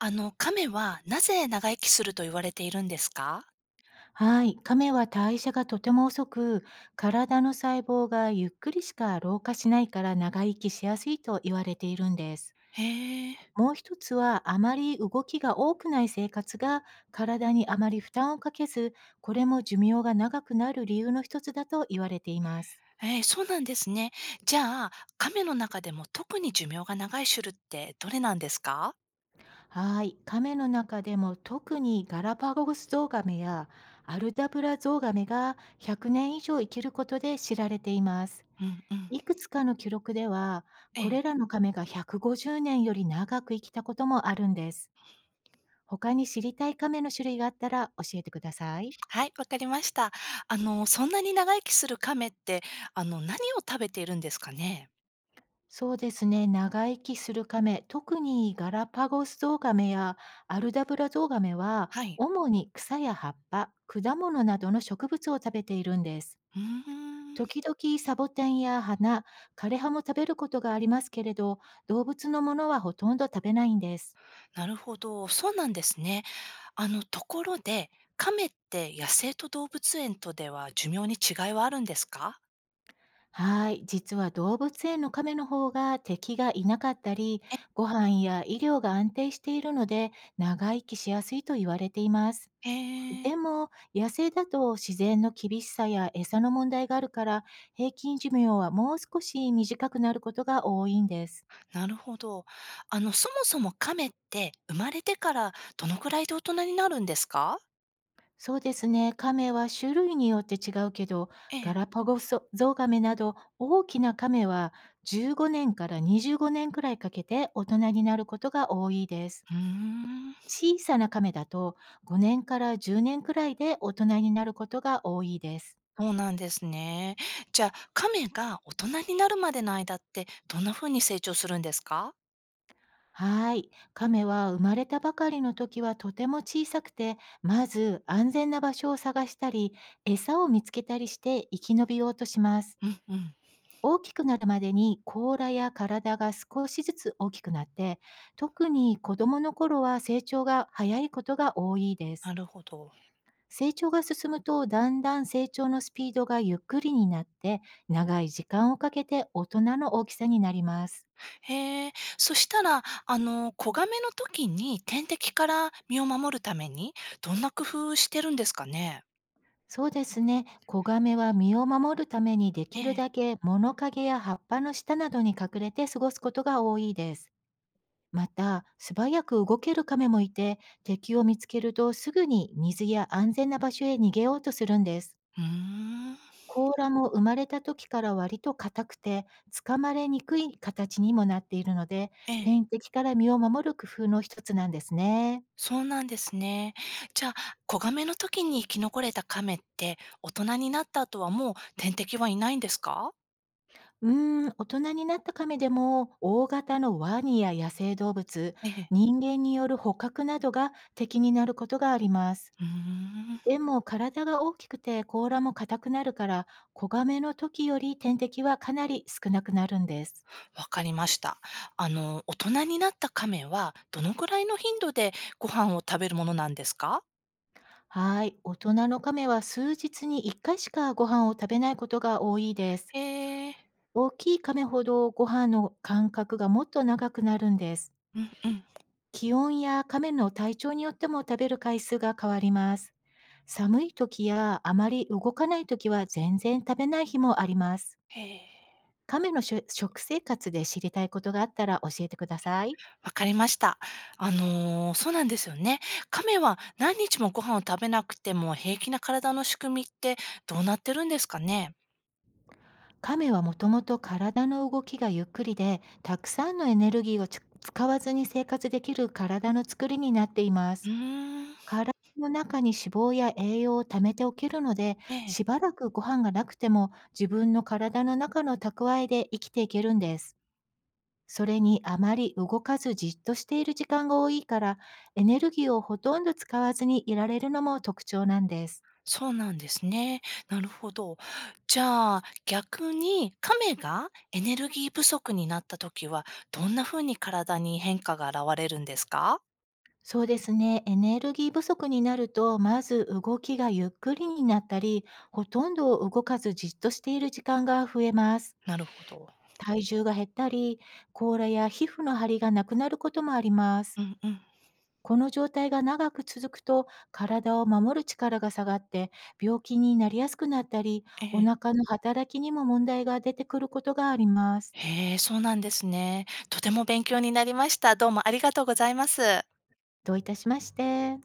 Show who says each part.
Speaker 1: 亀はなぜ長生きすると言われているんですか？
Speaker 2: はい、亀は代謝がとても遅く、体の細胞がゆっくりしか老化しないから長生きしやすいと言われているんです。
Speaker 1: へえ。
Speaker 2: もう一つは、あまり動きが多くない生活が体にあまり負担をかけず、これも寿命が長くなる理由の一つだと言われています。
Speaker 1: そうなんですね。じゃあ、亀の中でも特に寿命が長い種類ってどれなんですか？
Speaker 2: はい、亀の中でも特にガラパゴスゾウガメやアルダブラゾウガメが100年以上生きることで知られています。
Speaker 1: うんうん。
Speaker 2: いくつかの記録では、
Speaker 1: え
Speaker 2: これ
Speaker 1: え。
Speaker 2: らの亀が150年より長く生きたこともあるんです。他に知りたい亀の種類があったら教えてください。
Speaker 1: はい、わかりました。あの、そんなに長生きする亀って、あの、何を食べているんですかね？
Speaker 2: そうですね、長生きする亀、特にガラパゴスゾウガメやアルダブラゾウガメは、
Speaker 1: はい。
Speaker 2: 主に草や葉っぱ、果物などの植物を食べているんです。
Speaker 1: うーん、
Speaker 2: 時々サボテンや花、枯葉も食べることがありますけれど、動物のものはほとんど食べないんです。
Speaker 1: なるほど、そうなんですね。あの、ところで、亀って野生と動物園とでは寿命に違いはあるんですか？
Speaker 2: はい、実は動物園の亀の方が敵がいなかったり、
Speaker 1: え、
Speaker 2: ご飯や医療が安定しているので長生きしやすいと言われています。
Speaker 1: へえ。
Speaker 2: でも、野生だと自然の厳しさや餌の問題があるから、平均寿命はもう少し短くなることが多いんです。
Speaker 1: なるほど。あの、そもそも亀って生まれてからどのくらいで大人になるんですか。
Speaker 2: そうですね、亀は種類によって違うけど、
Speaker 1: え
Speaker 2: ガ
Speaker 1: え、
Speaker 2: ラパゴスゾウガメなど大きな亀は15年から25年くらいかけて大人になることが多いです。
Speaker 1: うーん、
Speaker 2: 小さな亀だと5年から10年くらいで大人になることが多いです。
Speaker 1: そうなんですね。じゃあ、亀が大人になるまでの間ってどんな風に成長するんですか。
Speaker 2: はい。亀は生まれたばかりの時はとても小さくて、まず安全な場所を探したり、餌を見つけたりして生き延びようとします。
Speaker 1: うんうん。
Speaker 2: 大きくなるまでに甲羅や体が少しずつ大きくなって、特に子供の頃は成長が早いことが多いです。
Speaker 1: なるほど。
Speaker 2: 成長が進むとだんだん成長のスピードがゆっくりになって、長い時間をかけて大人の大きさになります。
Speaker 1: へえ、そしたら、あの、子亀の時に天敵から身を守るためにどんな工夫してるんですかね。
Speaker 2: そうですね。子ガメは身を守るためにで
Speaker 1: え
Speaker 2: きるだ
Speaker 1: え。
Speaker 2: け物陰や葉っぱの下などに隠れて過ごすことが多いです。また、素早く動けるカメもいて、敵を見つけるとすぐに水や安全な場所へ逃げようとするんです。
Speaker 1: うーん。
Speaker 2: 甲羅も生まれた時から割と硬くて、つかまれにくい形にもなっているので、
Speaker 1: ええ。
Speaker 2: 天敵から身を守る工夫の一つなんですね。
Speaker 1: そうなんですね。じゃあ、子亀の時に生き残れた亀って、大人になった後はもう天敵はいないんですか？
Speaker 2: うーん、大人になった亀でも、大型のワニや野生動物、
Speaker 1: ええ。
Speaker 2: 人間による捕獲などが敵になることがあります。
Speaker 1: うーん、
Speaker 2: でも、体が大きくて甲羅も硬くなるから、子亀の時より天敵はかなり少なくなるんです。
Speaker 1: わかりました。あの、大人になった亀は、どのくらいの頻度でご飯を食べるものなんですか？
Speaker 2: はい。大人の亀は数日に1回しかご飯を食べないことが多いです。
Speaker 1: へえ、
Speaker 2: 大きい亀ほどご飯の間隔がもっと長くなるんです。
Speaker 1: うんうん。
Speaker 2: 気温や亀の体調によっても食べる回数が変わります。寒い時やあまり動かない時は全然食べない日もあります。
Speaker 1: へえ、
Speaker 2: 亀のしょ食生活で知りたいことがあったら教えてください。
Speaker 1: わかりました。あの、そうなんですよね。亀は何日もご飯を食べなくても平気な体の仕組みってどうなってるんですかね？
Speaker 2: 亀はもともと体の動きがゆっくりで、たくさんのエネルギーをつ使わずに生活できる体の作りになっていま
Speaker 1: うー
Speaker 2: す。
Speaker 1: ん、
Speaker 2: 体の中に脂肪や栄養を貯めておけるので、
Speaker 1: ええ。
Speaker 2: しばらくご飯がなくても自分の体の中の蓄えで生きていけるんです。それに、あまり動かずじっとしている時間が多いから、エネルギーをほとんど使わずにいられるのも特徴なんです。
Speaker 1: そうなんですね。なるほど。じゃあ、逆に亀がエネルギー不足になった時は、どんな風に体に変化が現れるんですか？
Speaker 2: そうですね。エネルギー不足になると、まず動きがゆっくりになったり、ほとんど動かずじっとしている時間が増えます。
Speaker 1: なるほど。
Speaker 2: 体重が減ったり、甲羅や皮膚の張りがなくなることもありま
Speaker 1: う
Speaker 2: す。
Speaker 1: んうん。
Speaker 2: この状態が長く続くと、体を守る力が下がって、病気になりやすくなったり、
Speaker 1: え
Speaker 2: お
Speaker 1: え。
Speaker 2: 腹の働きにも問題が出てくることがあります。
Speaker 1: へえ、そうなんですね。とても勉強になりました。どうもありがとうございます。
Speaker 2: どういたしまして。